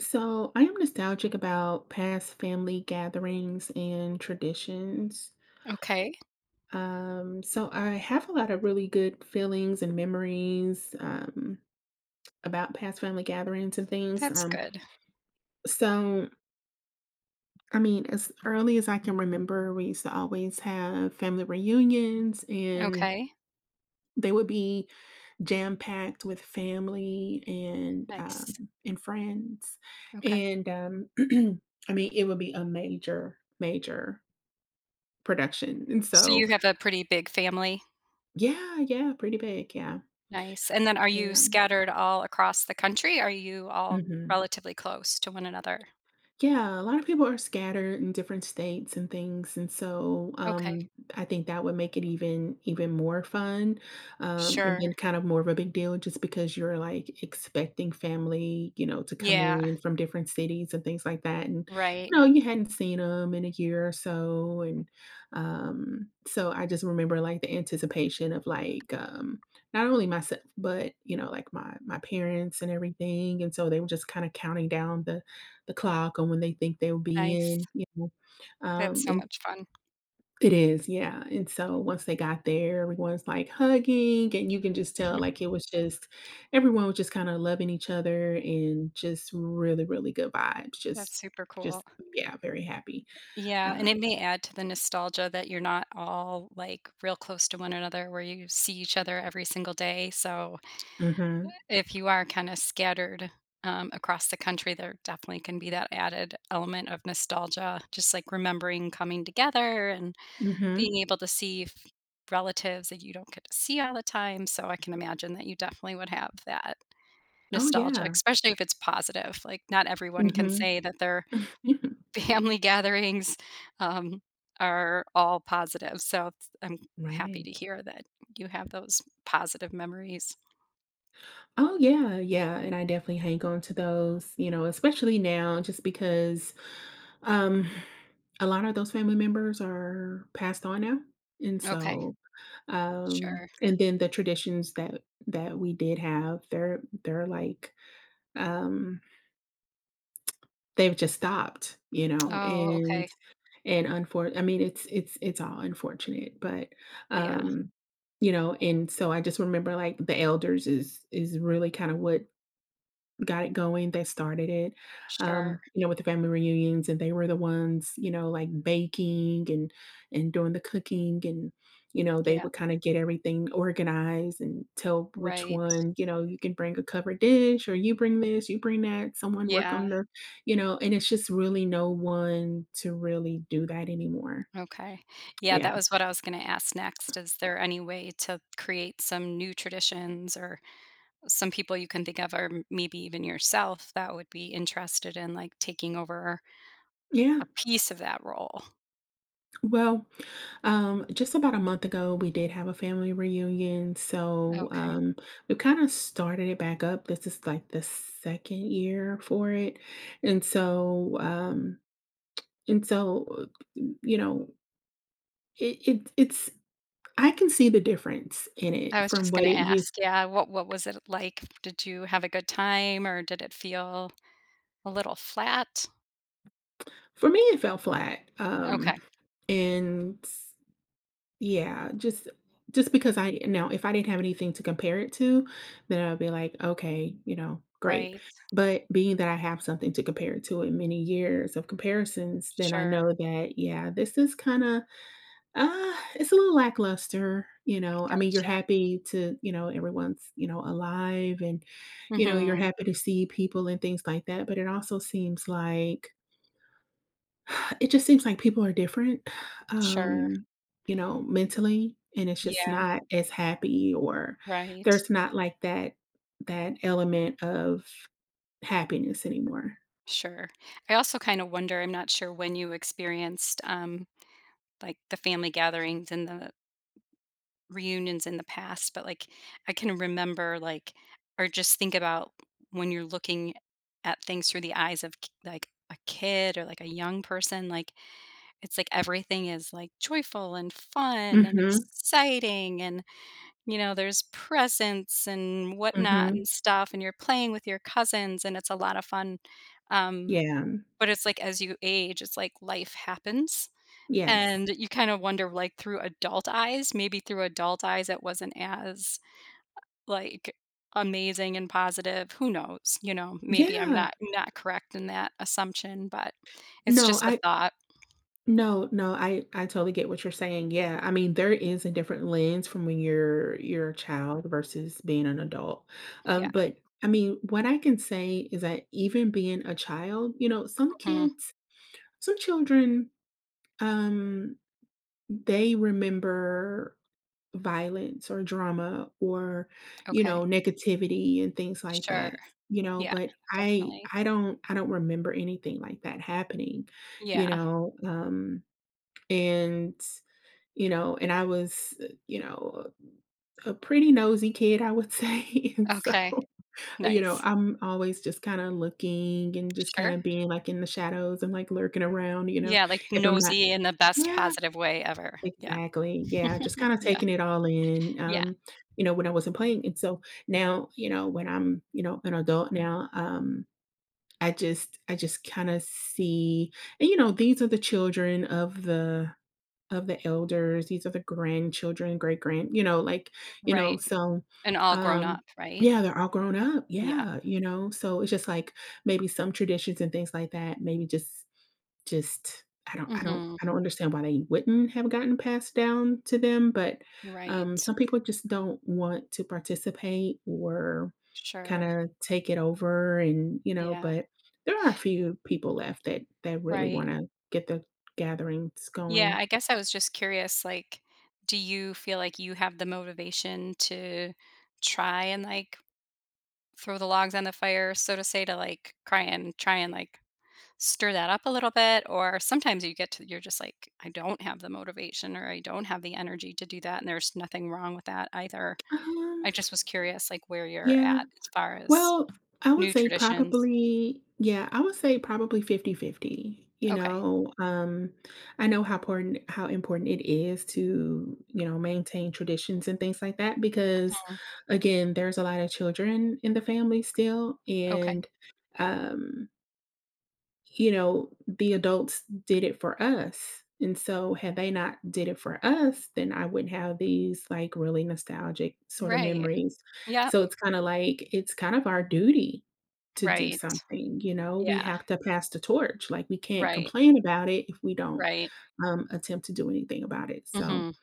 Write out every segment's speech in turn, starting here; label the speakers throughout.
Speaker 1: So I am nostalgic about past family gatherings and traditions.
Speaker 2: Okay,
Speaker 1: So I have a lot of really good feelings and memories about past family gatherings and things.
Speaker 2: that's good.
Speaker 1: So I mean, as early as I can remember, we used to always have family reunions, and
Speaker 2: Okay,
Speaker 1: they would be jam packed with family and
Speaker 2: nice.
Speaker 1: and friends,
Speaker 2: Okay.
Speaker 1: and I mean, it would be a major, major production, and
Speaker 2: So you
Speaker 1: so
Speaker 2: have a pretty big family.
Speaker 1: yeah, yeah, pretty big, yeah,
Speaker 2: Nice. And then are you
Speaker 1: yeah,
Speaker 2: scattered all across the country? Are you all
Speaker 1: mhm.
Speaker 2: relatively close to one another?
Speaker 1: Yeah, a lot of people are scattered in different states and things, and so
Speaker 2: Okay.
Speaker 1: I think that would make it even more fun, and
Speaker 2: Sure.
Speaker 1: then kind of more of a big deal just because you're like expecting family, to come
Speaker 2: Yeah,
Speaker 1: in from different cities and things like that, and
Speaker 2: right.
Speaker 1: you know, you hadn't seen them in a year or so, and so I just remember like the anticipation of like not only myself but you know like my parents and everything, and so they were just kind of counting down the clock on when they think they'll be
Speaker 2: Nice.
Speaker 1: in, you know,
Speaker 2: That's so
Speaker 1: and
Speaker 2: much fun.
Speaker 1: it is, yeah, and so once they got there, everyone's, like, hugging, and you can just tell, like, it was just everyone was just kinda loving each other and just really, really good vibes,
Speaker 2: That's super cool.
Speaker 1: just yeah, very happy.
Speaker 2: Yeah, and
Speaker 1: Um
Speaker 2: it may add to the nostalgia that you're not all, like, real close to one another where you see each other every single day, so
Speaker 1: Mhm,
Speaker 2: if you are kinda scattered, across the country, there definitely can be that added element of nostalgia, just, like, remembering coming together and
Speaker 1: mhm.
Speaker 2: being able to see f relatives that you don't get to see all the time, so I can imagine that you definitely would have that
Speaker 1: Oh,
Speaker 2: nostalgia,
Speaker 1: yeah.
Speaker 2: especially if it's positive, like, not everyone can
Speaker 1: Mhm.
Speaker 2: say that their family gatherings, um, are all positive, so it's I'm happy
Speaker 1: Right.
Speaker 2: to hear that you have those positive memories.
Speaker 1: Oh, yeah, yeah, and I definitely hang on to those, you know, especially now just because, um, a lot of those family members are passed on now, and
Speaker 2: Okay,
Speaker 1: so,
Speaker 2: sure.
Speaker 1: and then the traditions that we did have, they're like, um, they've just stopped, you know,
Speaker 2: Oh, okay.
Speaker 1: and unfor I mean, it's all unfortunate, but,
Speaker 2: Yeah,
Speaker 1: um, you know, and so I just remember, like, the elders is really kinda what got it going. They started it,
Speaker 2: sure.
Speaker 1: you know, with the family reunions, and they were the ones, you know, like baking and doing the cooking, and you know, they
Speaker 2: Yeah,
Speaker 1: would kind of get everything organized and tell which
Speaker 2: right.
Speaker 1: one, you know, you can bring a covered dish, or you bring this, you bring that. Someone work
Speaker 2: Yeah,
Speaker 1: on the, you know, and it's just really no one to really do that anymore.
Speaker 2: okay. Yeah, that
Speaker 1: Yeah,
Speaker 2: was what I was gonna ask next. Is there any way to create some new traditions or some people you can think of, or m maybe even yourself, that would be interested in, like, taking over
Speaker 1: yeah.
Speaker 2: a piece of that role?
Speaker 1: Well, just about a month ago, we did have a family reunion. So
Speaker 2: Okay.
Speaker 1: we kind of started it back up. This is like the second year for it, and so you know, it's I can see the difference in
Speaker 2: I
Speaker 1: it
Speaker 2: was
Speaker 1: from
Speaker 2: just
Speaker 1: what
Speaker 2: gonna
Speaker 1: it used.
Speaker 2: ask, yeah, what was it like? Did you have a good time, or did it feel a little flat?
Speaker 1: For me, it fell flat,
Speaker 2: Okay,
Speaker 1: and yeah, just because I now if I didn't have anything to compare it to, then I'd be like, "Okay, you know, great."
Speaker 2: right.
Speaker 1: But being that I have something to compare it to in many years of comparisons, then I
Speaker 2: Sure,
Speaker 1: know that, yeah, this is kinda, it's a little lackluster, you know? I mean, you're
Speaker 2: gotcha.
Speaker 1: happy to you know, everyone's, you know, alive and, you know, you're
Speaker 2: Mhm.
Speaker 1: happy to see people and things like that, but it also seems like it just seems like people are different,
Speaker 2: Sure.
Speaker 1: um, you know, mentally, and it's just
Speaker 2: Yeah,
Speaker 1: not as happy or
Speaker 2: right.
Speaker 1: there's not like that element of happiness anymore.
Speaker 2: Sure. I also kind of wonder, I'm not sure when you experienced like the family gatherings and the reunions in the past, but like I can remember like or just think about when you're looking at things through the eyes of like a kid or like a young person, like it's like everything is like joyful and fun and
Speaker 1: Mhm,
Speaker 2: exciting and you know, there's presents and whatnot
Speaker 1: mhm.
Speaker 2: and stuff and you're playing with your cousins and it's a lot of fun. Um,
Speaker 1: Yeah,
Speaker 2: but it's like as you age, it's like life happens,
Speaker 1: yes.
Speaker 2: and you kind of wonder, like, through adult eyes maybe through adult eyes, it wasn't as, like, amazing and positive. Who knows? You know, maybe I'm
Speaker 1: Yeah.
Speaker 2: not correct in that assumption, but it's
Speaker 1: No,
Speaker 2: just a
Speaker 1: I
Speaker 2: thought.
Speaker 1: no, I totally get what you're saying, yeah, I mean, there is a different lens from when you're a child versus being an adult,
Speaker 2: Yeah.
Speaker 1: but, I mean, what I can say is that even being a child, you know, some
Speaker 2: Mhm.
Speaker 1: kids some children, um, they remember violence or drama or, you
Speaker 2: Okay.
Speaker 1: know, negativity and things like
Speaker 2: Sure.
Speaker 1: that, you know,
Speaker 2: Yeah.
Speaker 1: but I
Speaker 2: Definitely.
Speaker 1: I don't I don't remember anything like that happening, you
Speaker 2: Yeah.
Speaker 1: know, and, you know, and I was, you know, a pretty nosy kid, I would say, and so,
Speaker 2: Okay.
Speaker 1: you know,
Speaker 2: Nice.
Speaker 1: I'm always just kinda looking and just
Speaker 2: Sure.
Speaker 1: kinda being, like, in the shadows and, like, lurking around, you know,
Speaker 2: Yeah, like,
Speaker 1: if I'm not
Speaker 2: nosy in the best
Speaker 1: yeah.
Speaker 2: positive way ever. Yeah.
Speaker 1: Exactly, yeah, just kinda
Speaker 2: Yeah.
Speaker 1: taking it all in,
Speaker 2: Yeah.
Speaker 1: you know, when I wasn't playing, and so now, you know, when I'm, you know, an adult now, I just kinda see and, you know, these are the children of the elders, these are the grandchildren, great grand you know, like, you know,
Speaker 2: Right.
Speaker 1: so,
Speaker 2: And all grown
Speaker 1: um
Speaker 2: up, right?
Speaker 1: yeah, they're all grown up,
Speaker 2: Yeah.
Speaker 1: yeah, you know, so it's just like maybe some traditions and things like that, maybe just
Speaker 2: Mhm.
Speaker 1: I don't understand why they wouldn't have gotten passed down to them, but,
Speaker 2: Right.
Speaker 1: some people just don't want to participate or
Speaker 2: Sure.
Speaker 1: kinda take it over and, you know,
Speaker 2: Yeah.
Speaker 1: but there are a few people left that really
Speaker 2: Right.
Speaker 1: wanna get the gatherings
Speaker 2: Yeah,
Speaker 1: going.
Speaker 2: I guess I was just curious, like, do you feel like you have the motivation to try and, like, throw the logs on the fire, so to say, to, like, cry and try and, like, stir that up a little bit? Or sometimes you get to you're just like, "I don't have the motivation," or, "I don't have the energy to do that," and there's nothing wrong with that either.
Speaker 1: Um,
Speaker 2: I just was curious, like, where you're
Speaker 1: yeah.
Speaker 2: at as far as
Speaker 1: Well, I would
Speaker 2: new
Speaker 1: say
Speaker 2: traditions.
Speaker 1: probably, yeah, I would say probably 50-50. You
Speaker 2: Okay.
Speaker 1: know, I know how important it is to, you know, maintain traditions and things like that because
Speaker 2: Mhm.
Speaker 1: again, there's a lot of children in the family still
Speaker 2: Okay.
Speaker 1: and um you know, the adults did it for us. And so had they not did it for us, then I wouldn't have these like really nostalgic sort of
Speaker 2: Right.
Speaker 1: memories.
Speaker 2: Yeah,
Speaker 1: So it's kind of our duty to do
Speaker 2: right.
Speaker 1: something, you know, we
Speaker 2: Yeah,
Speaker 1: have to pass the torch. Like we can't
Speaker 2: right,
Speaker 1: complain about it if we don't
Speaker 2: right.
Speaker 1: attempt to do anything about it. So
Speaker 2: Mhm.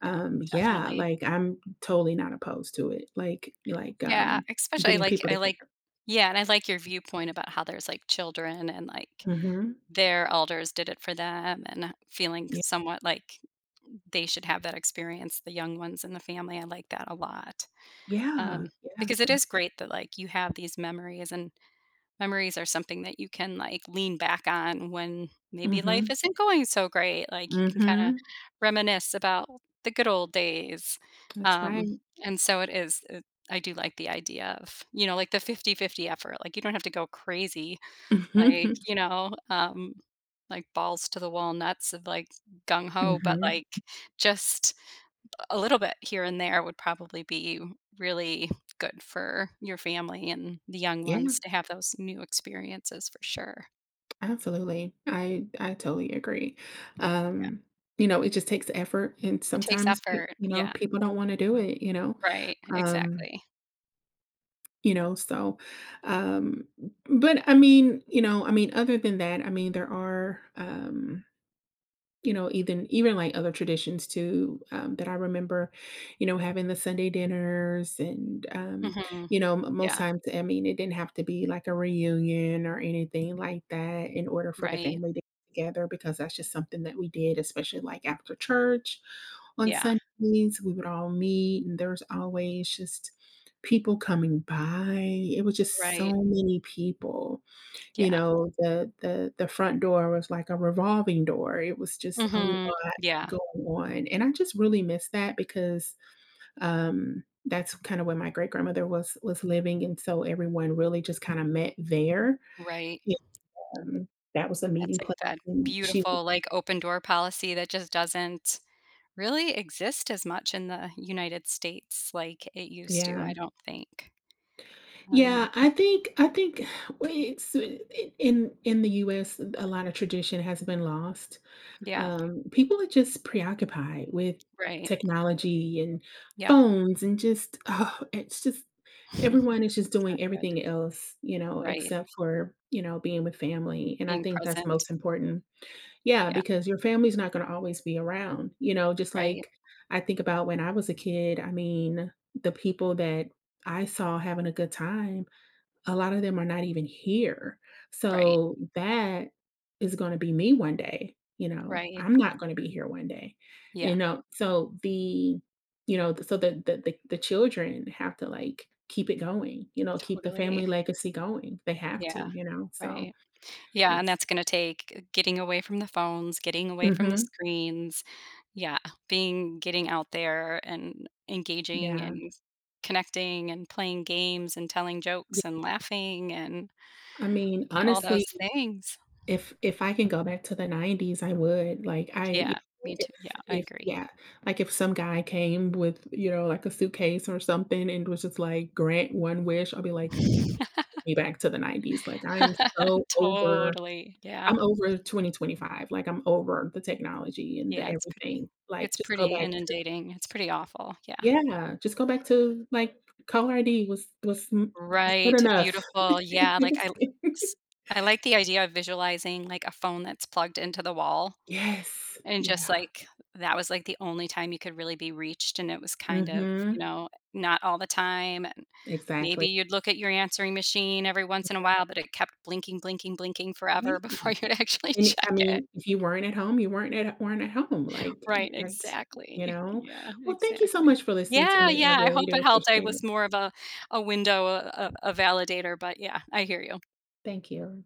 Speaker 2: Yeah,
Speaker 1: yeah,
Speaker 2: definitely.
Speaker 1: like I'm totally not opposed to it. Like like
Speaker 2: Yeah,
Speaker 1: um
Speaker 2: especially I
Speaker 1: getting
Speaker 2: like
Speaker 1: people
Speaker 2: I like
Speaker 1: together.
Speaker 2: yeah, and I like your viewpoint about how there's, like, children and, like,
Speaker 1: Mhm.
Speaker 2: their elders did it for them and feeling
Speaker 1: Yeah.
Speaker 2: somewhat like they should have that experience, the young ones in the family. I like that a lot.
Speaker 1: Yeah.
Speaker 2: Um,
Speaker 1: Yeah.
Speaker 2: because it
Speaker 1: Yeah.
Speaker 2: is great that, like, you have these memories and memories are something that you can, like, lean back on when maybe life
Speaker 1: Mm-hmm.
Speaker 2: isn't going so great, like, you can kinda
Speaker 1: Mhm.
Speaker 2: reminisce about the good old days,
Speaker 1: That's
Speaker 2: um,
Speaker 1: right.
Speaker 2: and so it is it I do like the idea of, you know, like, the 50-50 effort, like, you don't have to go crazy, like, you know, like, balls to the wall nuts of, like, gung ho, but,
Speaker 1: Mhm.
Speaker 2: like, just a little bit here and there would probably be really good for your family and the young
Speaker 1: Yeah,
Speaker 2: ones to have those new experiences for sure.
Speaker 1: absolutely. I totally agree.
Speaker 2: Yeah,
Speaker 1: Um, you know, it just takes effort and
Speaker 2: it takes
Speaker 1: sometimes pe
Speaker 2: effort.
Speaker 1: you know,
Speaker 2: Yeah,
Speaker 1: people don't wanna do it, you know?
Speaker 2: right,
Speaker 1: Um,
Speaker 2: exactly.
Speaker 1: you know, so, um, but I mean, you know, I mean, other than that, I mean, there are, you know, even like other traditions too, that I remember, you know, having the Sunday dinners and,
Speaker 2: Mhm.
Speaker 1: you know, m most
Speaker 2: Yeah,
Speaker 1: times, I mean, it didn't have to be like a reunion or anything like that in order for the
Speaker 2: right.
Speaker 1: family to get together because that's just something that we did, especially like after church on
Speaker 2: Yeah,
Speaker 1: Sundays, we would all meet and there was always just people coming by. It was just so
Speaker 2: right.
Speaker 1: many people. You
Speaker 2: Yeah.
Speaker 1: know, the the front door was like a revolving door. It was just a lot
Speaker 2: Mhm. Yeah,
Speaker 1: going on, and I just really miss that because, that's kinda where my great-grandmother was living, and so everyone really just kinda met there.
Speaker 2: right.
Speaker 1: Um, that was a
Speaker 2: That's
Speaker 1: meeting
Speaker 2: like
Speaker 1: place,
Speaker 2: that
Speaker 1: and she was
Speaker 2: beautiful, like, open door policy that just doesn't really exist as much in the United States like it used to,
Speaker 1: yeah.
Speaker 2: I don't think. Um,
Speaker 1: Yeah, I think we it's in the US, a lot of tradition has been lost.
Speaker 2: yeah,
Speaker 1: People are just preoccupied with
Speaker 2: right.
Speaker 1: technology and
Speaker 2: Yeah.
Speaker 1: phones and just, oh, it's just everyone is just
Speaker 2: Not
Speaker 1: doing
Speaker 2: good.
Speaker 1: everything else, you know,
Speaker 2: Right.
Speaker 1: except for, you know, being with family. And I
Speaker 2: Being
Speaker 1: think that's
Speaker 2: present.
Speaker 1: most important. Yeah,
Speaker 2: Yeah.
Speaker 1: because your family's not going to always be around, you know, just
Speaker 2: Right.
Speaker 1: like I think about when I was a kid. I mean, the people that I saw having a good time a lot of them are not even here.
Speaker 2: Right.
Speaker 1: So that is gonna be me one day, you know,
Speaker 2: Right.
Speaker 1: I'm not gonna be here one day, you
Speaker 2: Yeah.
Speaker 1: know? So the children have to, like, keep it going, you know, keep the
Speaker 2: Totally.
Speaker 1: family legacy going. They have to,
Speaker 2: Yeah.
Speaker 1: you know? So
Speaker 2: Right. Yeah, and
Speaker 1: it's
Speaker 2: that's gonna take getting away from the phones, getting away from the
Speaker 1: mhm.
Speaker 2: screens. Yeah. Being getting out there and engaging
Speaker 1: Yeah.
Speaker 2: and connecting and playing games and telling
Speaker 1: Ye
Speaker 2: jokes and laughing and
Speaker 1: I mean,
Speaker 2: all those
Speaker 1: honestly
Speaker 2: things.
Speaker 1: if I can go back to the '90s, I would, like, I you
Speaker 2: Yeah. Me
Speaker 1: know,
Speaker 2: too. Yeah, I
Speaker 1: if
Speaker 2: agree.
Speaker 1: yeah, like, if some guy came with, you know, like, a suitcase or something and was just like, "Grant one wish," I'll be like, "Take "Me back to the '90s," like,
Speaker 2: Totally.
Speaker 1: I'm
Speaker 2: Yeah.
Speaker 1: over 2025, like, I'm over the technology and the
Speaker 2: Yeah,
Speaker 1: everything, like,
Speaker 2: it's
Speaker 1: just go
Speaker 2: pretty
Speaker 1: back
Speaker 2: inundating, it's pretty awful, yeah.
Speaker 1: t yeah, just go back to, like, caller ID was m was good
Speaker 2: Right, to
Speaker 1: enough.
Speaker 2: beautiful, yeah, like, s I like the idea of visualizing, like, a phone that's plugged into the wall,
Speaker 1: Yes,
Speaker 2: and
Speaker 1: yeah,
Speaker 2: just, like, that was, like, the only time you could really be reached, and it was kind of, you
Speaker 1: mhm,
Speaker 2: know, not all the time, and maybe
Speaker 1: exactly.
Speaker 2: you'd look at your answering machine every once in a while, but it kept blinking, blinking, blinking forever
Speaker 1: Yeah.
Speaker 2: before you'd actually
Speaker 1: And it
Speaker 2: check
Speaker 1: I
Speaker 2: it.
Speaker 1: mean, if you weren't at home, you weren't at home, like,
Speaker 2: Right,
Speaker 1: that's you
Speaker 2: exactly.
Speaker 1: know?
Speaker 2: Yeah,
Speaker 1: Well, thank you so
Speaker 2: exactly.
Speaker 1: much for listening to
Speaker 2: Yeah,
Speaker 1: me, I
Speaker 2: yeah, I
Speaker 1: really
Speaker 2: hope
Speaker 1: do
Speaker 2: it helped. I
Speaker 1: appreciate
Speaker 2: was
Speaker 1: it.
Speaker 2: more of a window, a validator, but yeah, I hear you.
Speaker 1: Thank you.